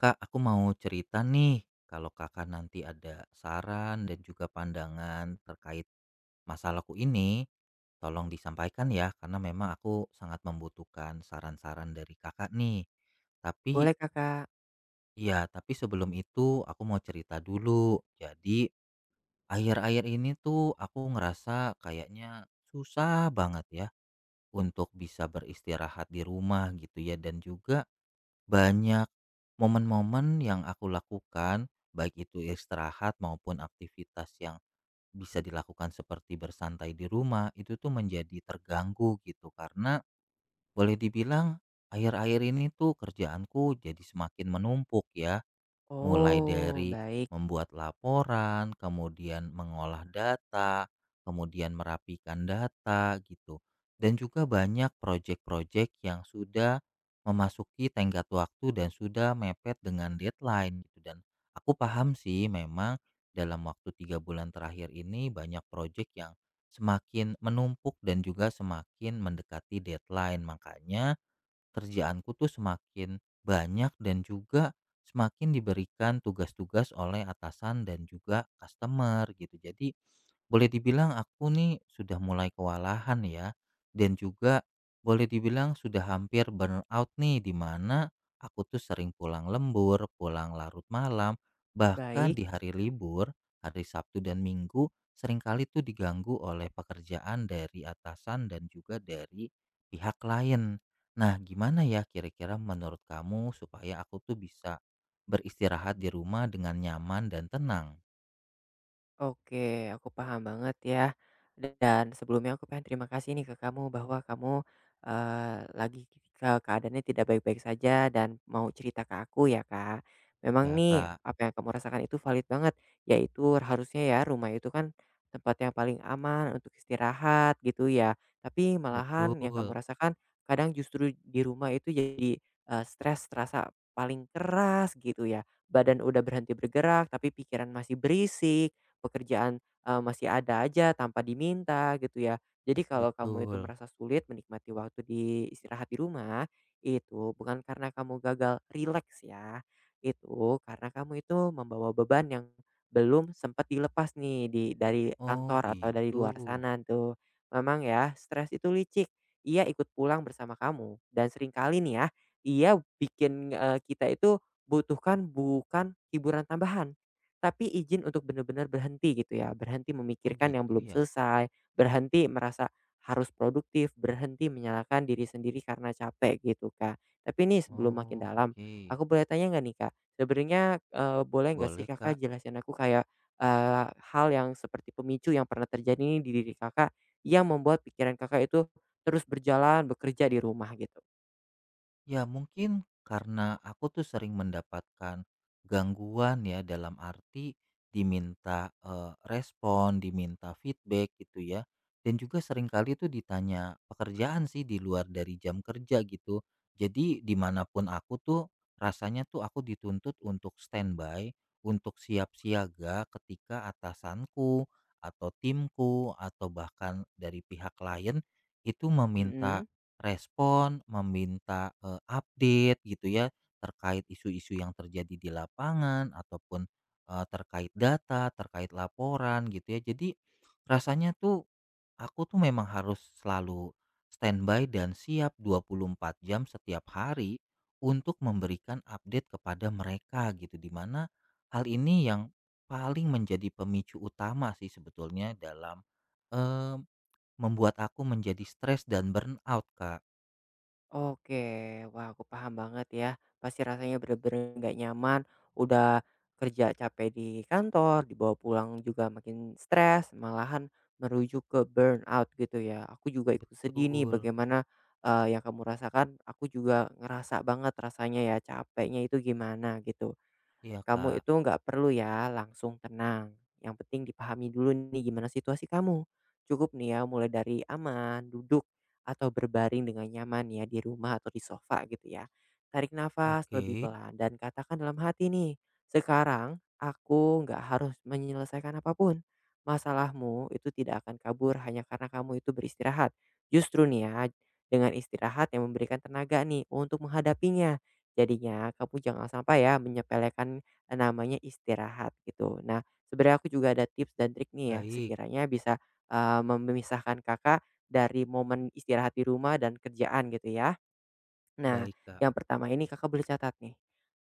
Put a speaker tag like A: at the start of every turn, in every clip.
A: Kak, aku mau cerita nih. Kalau kakak nanti ada saran dan juga pandangan terkait masalahku ini, tolong disampaikan ya, karena memang aku sangat membutuhkan saran-saran dari kakak nih. Tapi
B: Boleh Kakak.
A: ya, tapi sebelum itu aku mau cerita dulu. Jadi, akhir-akhir ini tuh aku ngerasa kayaknya susah banget ya untuk bisa beristirahat di rumah gitu ya dan juga banyak Momen-momen yang aku lakukan, baik itu istirahat maupun aktivitas yang bisa dilakukan seperti bersantai di rumah, itu tuh menjadi terganggu gitu. Karena boleh dibilang akhir-akhir ini tuh kerjaanku jadi semakin menumpuk ya. Mulai
B: Oh,
A: dari
B: baik
A: membuat laporan, kemudian mengolah data, kemudian merapikan data gitu. Dan juga banyak proyek-proyek yang sudah memasuki tenggat waktu dan sudah mepet dengan deadline gitu dan aku paham sih memang dalam waktu 3 bulan terakhir ini banyak proyek yang semakin menumpuk dan juga semakin mendekati deadline makanya kerjaanku tuh semakin banyak dan juga semakin diberikan tugas-tugas oleh atasan dan juga customer gitu. Jadi boleh dibilang aku nih sudah mulai kewalahan ya dan juga boleh dibilang sudah hampir burnout nih di mana aku tuh sering pulang lembur, pulang larut malam, bahkan
B: baik.
A: di hari libur, hari Sabtu dan Minggu seringkali tuh diganggu oleh pekerjaan dari atasan dan juga dari pihak klien. Nah, gimana ya kira-kira menurut kamu supaya aku tuh bisa beristirahat di rumah dengan nyaman dan tenang?
B: Oke, aku paham banget ya. Dan sebelumnya aku pengen terima kasih nih ke kamu bahwa kamu lagi ke keadaannya tidak baik-baik saja dan mau cerita ke aku ya Kak. Memang
A: Iya,
B: nih
A: Kak.
B: apa yang kamu rasakan itu valid banget, yaitu harusnya ya rumah itu kan tempat yang paling aman untuk istirahat gitu ya. Tapi malahan yang kamu
A: Betul,
B: rasakan kadang justru di rumah itu jadi stres terasa paling keras gitu ya. Badan udah berhenti bergerak tapi pikiran masih berisik pekerjaan, masih ada aja tanpa diminta gitu ya. Jadi kalau kamu itu
A: betul.
B: merasa sulit menikmati waktu di istirahat di rumah, itu bukan karena kamu gagal rileks ya, itu karena kamu itu membawa beban yang belum sempat dilepas nih dari
A: Oh,
B: kantor atau dari
A: gitu.
B: luar sana tuh. Memang ya, stres itu licik, ia ikut pulang bersama kamu dan seringkali nih ya, ia bikin, kita itu butuhkan bukan hiburan tambahan tapi izin untuk benar-benar berhenti gitu ya, berhenti
A: Oh,
B: memikirkan yang
A: gitu
B: belum
A: ya.
B: selesai, berhenti merasa harus produktif, berhenti menyalahkan diri sendiri karena capek gitu Kak. Tapi ini sebelum makin
A: Oh,
B: dalam,
A: oke.
B: aku boleh tanya nggak nih Kak? Sebenarnya, boleh nggak sih
A: Boleh,
B: Kakak
A: Kak.
B: jelasin aku kayak, hal yang seperti pemicu yang pernah terjadi nih di diri Kakak, yang membuat pikiran Kakak itu terus berjalan bekerja di rumah gitu?
A: Ya mungkin karena aku tuh sering mendapatkan gangguan ya dalam arti diminta respon, diminta feedback gitu ya. Dan juga seringkali tuh ditanya pekerjaan sih di luar dari jam kerja gitu. Jadi dimanapun aku tuh rasanya tuh aku dituntut untuk standby, untuk siap siaga ketika atasanku atau timku atau bahkan dari pihak klien itu meminta
B: Mhm.
A: Respon, meminta update gitu ya, terkait isu-isu yang terjadi di lapangan ataupun, terkait data, terkait laporan gitu ya. Jadi rasanya tuh aku tuh memang harus selalu standby dan siap 24 jam setiap hari untuk memberikan update kepada mereka gitu, dimana hal ini yang paling menjadi pemicu utama sih sebetulnya dalam, eee, membuat aku menjadi stres dan burnout, Kak.
B: Oke, wah aku paham banget ya. Pasti rasanya bener-bener nggak nyaman. Udah kerja capek di kantor, dibawa pulang juga makin stres, malahan merujuk ke burnout gitu ya. Aku juga ikut sedih nih
A: Betul.
B: bagaimana yang kamu rasakan. Aku juga ngerasa banget rasanya ya capeknya itu gimana gitu
A: Iya,
B: kamu
A: Kak.
B: itu nggak perlu ya langsung tenang. Yang penting dipahami dulu nih gimana situasi kamu. Cukup nih ya mulai dari aman, duduk, atau berbaring dengan nyaman ya di rumah atau di sofa gitu ya. Tarik nafas lebih
A: Oke.
B: pelan dan katakan dalam hati nih, sekarang aku nggak harus menyelesaikan apapun. Masalahmu itu tidak akan kabur hanya karena kamu itu beristirahat. Justru nih ya, dengan istirahat yang memberikan tenaga nih untuk menghadapinya. Jadinya kamu jangan sampai ya menyepelekan namanya istirahat gitu. Nah, sebenarnya aku juga ada tips dan trik nih ya
A: Baik.
B: sekiranya bisa, memisahkan Kakak dari momen istirahat di rumah dan kerjaan gitu ya? Nah,
A: Baik, Kak.
B: yang pertama ini Kakak boleh catat nih.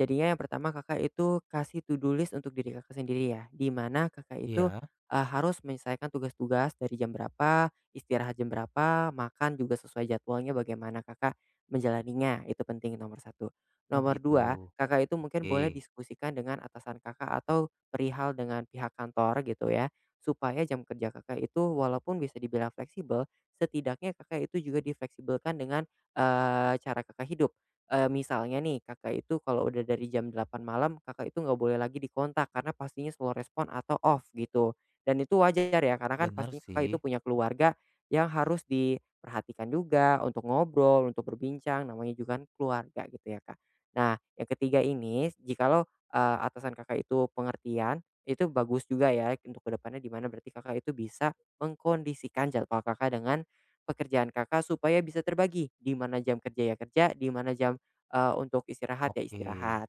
B: Jadinya yang pertama Kakak itu kasih to do list untuk diri Kakak sendiri ya, di mana Kakak itu,
A: Iya.
B: harus menyelesaikan tugas-tugas dari jam berapa, istirahat jam berapa, makan juga sesuai jadwalnya bagaimana Kakak menjalaninya, itu penting nomor 1.
A: Oh,
B: Nomor
A: gitu.
B: dua Kakak itu mungkin boleh
A: Oke.
B: diskusikan dengan atasan Kakak atau perihal dengan pihak kantor gitu ya, supaya jam kerja Kakak itu walaupun bisa dibilang fleksibel, setidaknya Kakak itu juga difleksibelkan dengan cara Kakak hidup. Eee, misalnya nih Kakak itu kalau udah dari jam 8 malam Kakak itu nggak boleh lagi dikontak karena pastinya slow respon atau off gitu. Dan itu wajar ya karena kan
A: Benar
B: pastinya Kakak itu
A: sih.
B: punya keluarga yang harus diperhatikan juga untuk ngobrol, untuk berbincang, namanya juga kan keluarga gitu ya, Kak. Nah, yang ketiga ini jikalau, atasan Kakak itu pengertian, itu bagus juga ya untuk kedepannya di mana berarti Kakak itu bisa mengkondisikan jadwal Kakak dengan pekerjaan Kakak supaya bisa terbagi, di mana jam kerja ya kerja, di mana jam, untuk istirahat ya
A: Oke.
B: istirahat.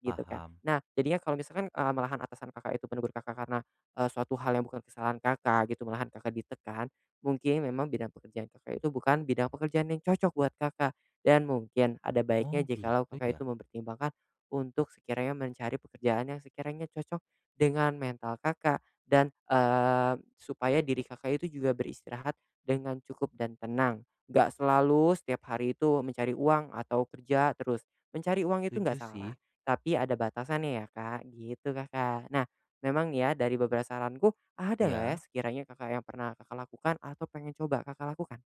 B: Gitu, Kak.
A: Paham.
B: Nah, jadinya kalau misalkan, malahan atasan Kakak itu menegur Kakak karena, suatu hal yang bukan kesalahan Kakak gitu, malahan Kakak ditekan, mungkin memang bidang pekerjaan Kakak itu bukan bidang pekerjaan yang cocok buat Kakak. Dan mungkin ada baiknya
A: Oh,
B: jikalau
A: gitu
B: Kakak
A: ya.
B: itu mempertimbangkan untuk sekiranya mencari pekerjaan yang sekiranya cocok dengan mental Kakak dan, supaya diri Kakak itu juga beristirahat dengan cukup dan tenang. Nggak selalu setiap hari itu mencari uang atau kerja terus. Mencari uang itu nggak
A: Setuju sih.
B: salah. Tapi ada batasannya ya, Kak, gitu, Kakak. Nah, memang nih ya dari beberapa saranku, ada nggak ya
A: ya
B: sekiranya Kakak yang pernah Kakak lakukan atau pengen coba Kakak lakukan?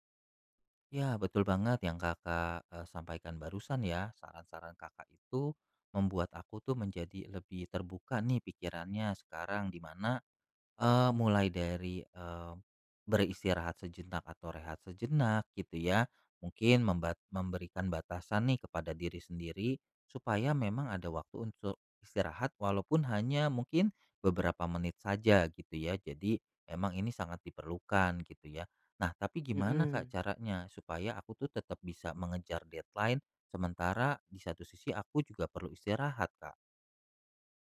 A: Ya, betul banget yang Kakak sampaikan barusan ya. Saran-saran Kakak itu membuat aku tuh menjadi lebih terbuka nih pikirannya sekarang di mana Mulai dari beristirahat sejenak atau rehat sejenak gitu ya. Mungkin memberikan batasan nih kepada diri sendiri, supaya memang ada waktu untuk istirahat walaupun hanya mungkin beberapa menit saja gitu ya. Jadi memang ini sangat diperlukan gitu ya. Nah tapi gimana Kak
B: Mhm.
A: caranya supaya aku tuh tetap bisa mengejar deadline, sementara di satu sisi aku juga perlu istirahat Kak?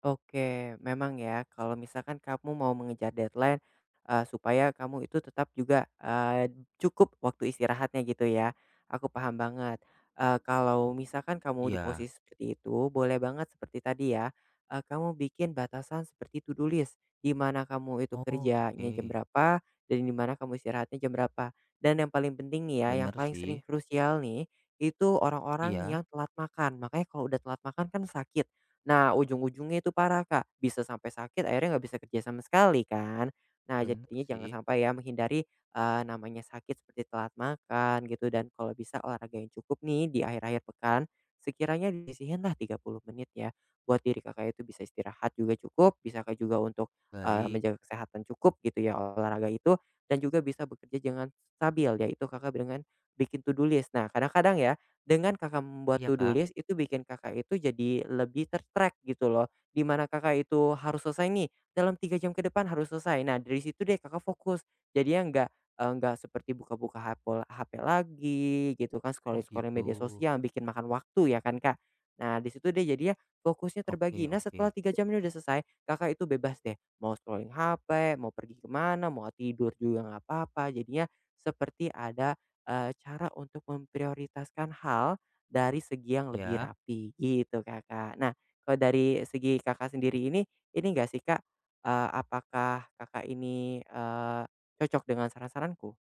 B: Oke, memang ya kalau misalkan kamu mau mengejar deadline, supaya kamu itu tetap juga, cukup waktu istirahatnya gitu ya, aku paham banget. Eee, kalau misalkan kamu di
A: Iya.
B: posisi seperti itu, boleh banget seperti tadi ya, kamu bikin batasan seperti to do list, di mana kamu itu
A: Oh oke.
B: kerjanya jam berapa, dan di mana kamu istirahatnya jam berapa. Dan yang paling penting nih ya, yang
A: Bener
B: paling sering
A: sih.
B: krusial nih, itu orang-orang
A: Iya.
B: yang telat makan. Makanya kalau udah telat makan kan sakit. Nah, ujung-ujungnya itu parah, Kak, bisa sampai sakit akhirnya nggak bisa kerja sama sekali kan. Nah,
A: Bener
B: jadinya jangan
A: sih,
B: sampai ya menghindari, namanya sakit seperti telat makan gitu dan kalau bisa olahraga yang cukup nih di akhir-akhir pekan, sekiranya disisihinlah 30 menit ya buat diri Kakak itu bisa istirahat juga cukup, bisa Kak juga untuk,
A: baik.
B: menjaga kesehatan cukup gitu ya olahraga itu dan juga bisa bekerja jangan stabil yaitu Kakak dengan bikin to do list. Nah, kadang-kadang ya, dengan Kakak membuat
A: Iya
B: to do
A: Kak,
B: list itu bikin Kakak itu jadi lebih ter gitu loh, dimana Kakak itu harus selesai nih, dalam 3 jam ke depan harus selesai. Nah dari situ deh Kakak fokus, jadinya nggak, nggak seperti buka-buka HP lagi gitu kan,
A: oh
B: scrolling-scrolling
A: gitu.
B: media sosial yang bikin makan waktu ya kan, Kak. Nah di situ deh jadinya fokusnya
A: Oke
B: terbagi. Nah
A: oke.
B: setelah 3 jam ini udah selesai, Kakak itu bebas deh, mau scrolling HP, mau pergi kemana mau tidur juga nggak apa-apa, jadinya seperti ada Eee, cara untuk memprioritaskan hal dari segi yang lebih
A: Ya,
B: rapi gitu, Kakak. Nah, kalau dari segi Kakak sendiri ini enggak sih, Kak, apakah Kakak ini, cocok dengan saran-saranku?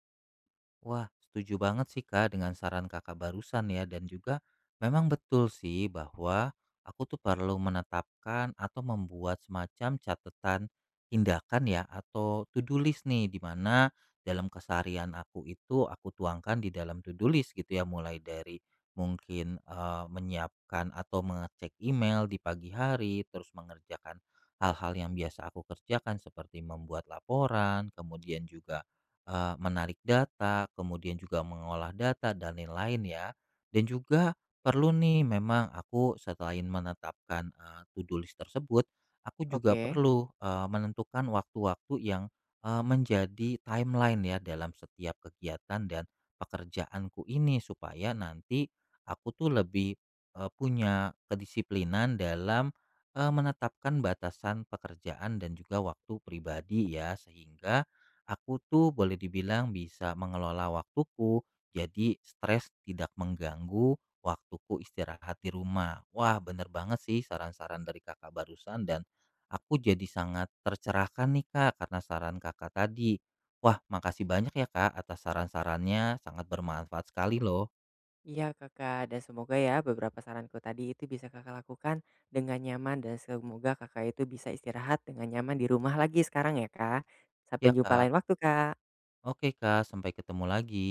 A: wah, setuju banget sih Kak dengan saran Kakak barusan ya dan juga memang betul sih bahwa aku tuh perlu menetapkan atau membuat semacam catatan tindakan ya atau to do list nih di mana dalam keseharian aku itu aku tuangkan di dalam to do list gitu ya mulai dari mungkin menyiapkan atau mengecek email di pagi hari terus mengerjakan hal-hal yang biasa aku kerjakan seperti membuat laporan kemudian juga menarik data, kemudian juga mengolah data dan lain-lain ya. Dan juga perlu nih memang aku selain menetapkan to do list tersebut, aku juga
B: Oke.
A: perlu menentukan waktu-waktu yang menjadi timeline ya dalam setiap kegiatan dan pekerjaanku ini supaya nanti aku tuh lebih punya kedisiplinan dalam menetapkan batasan pekerjaan dan juga waktu pribadi ya. Sehingga aku tuh boleh dibilang bisa mengelola waktuku, jadi stres tidak mengganggu waktuku istirahat di rumah. Wah, bener banget sih saran-saran dari kakak barusan dan aku jadi sangat tercerahkan nih kak karena saran kakak tadi. Wah, makasih banyak ya kak atas saran-sarannya, sangat bermanfaat sekali loh.
B: Iya, Kakak, dan semoga ya beberapa saranku tadi itu bisa Kakak lakukan dengan nyaman dan semoga Kakak itu bisa istirahat dengan nyaman di rumah lagi sekarang ya, Kak. Sampai
A: Ya
B: jumpa
A: kak,
B: lain waktu, Kak.
A: oke kak, sampai ketemu lagi.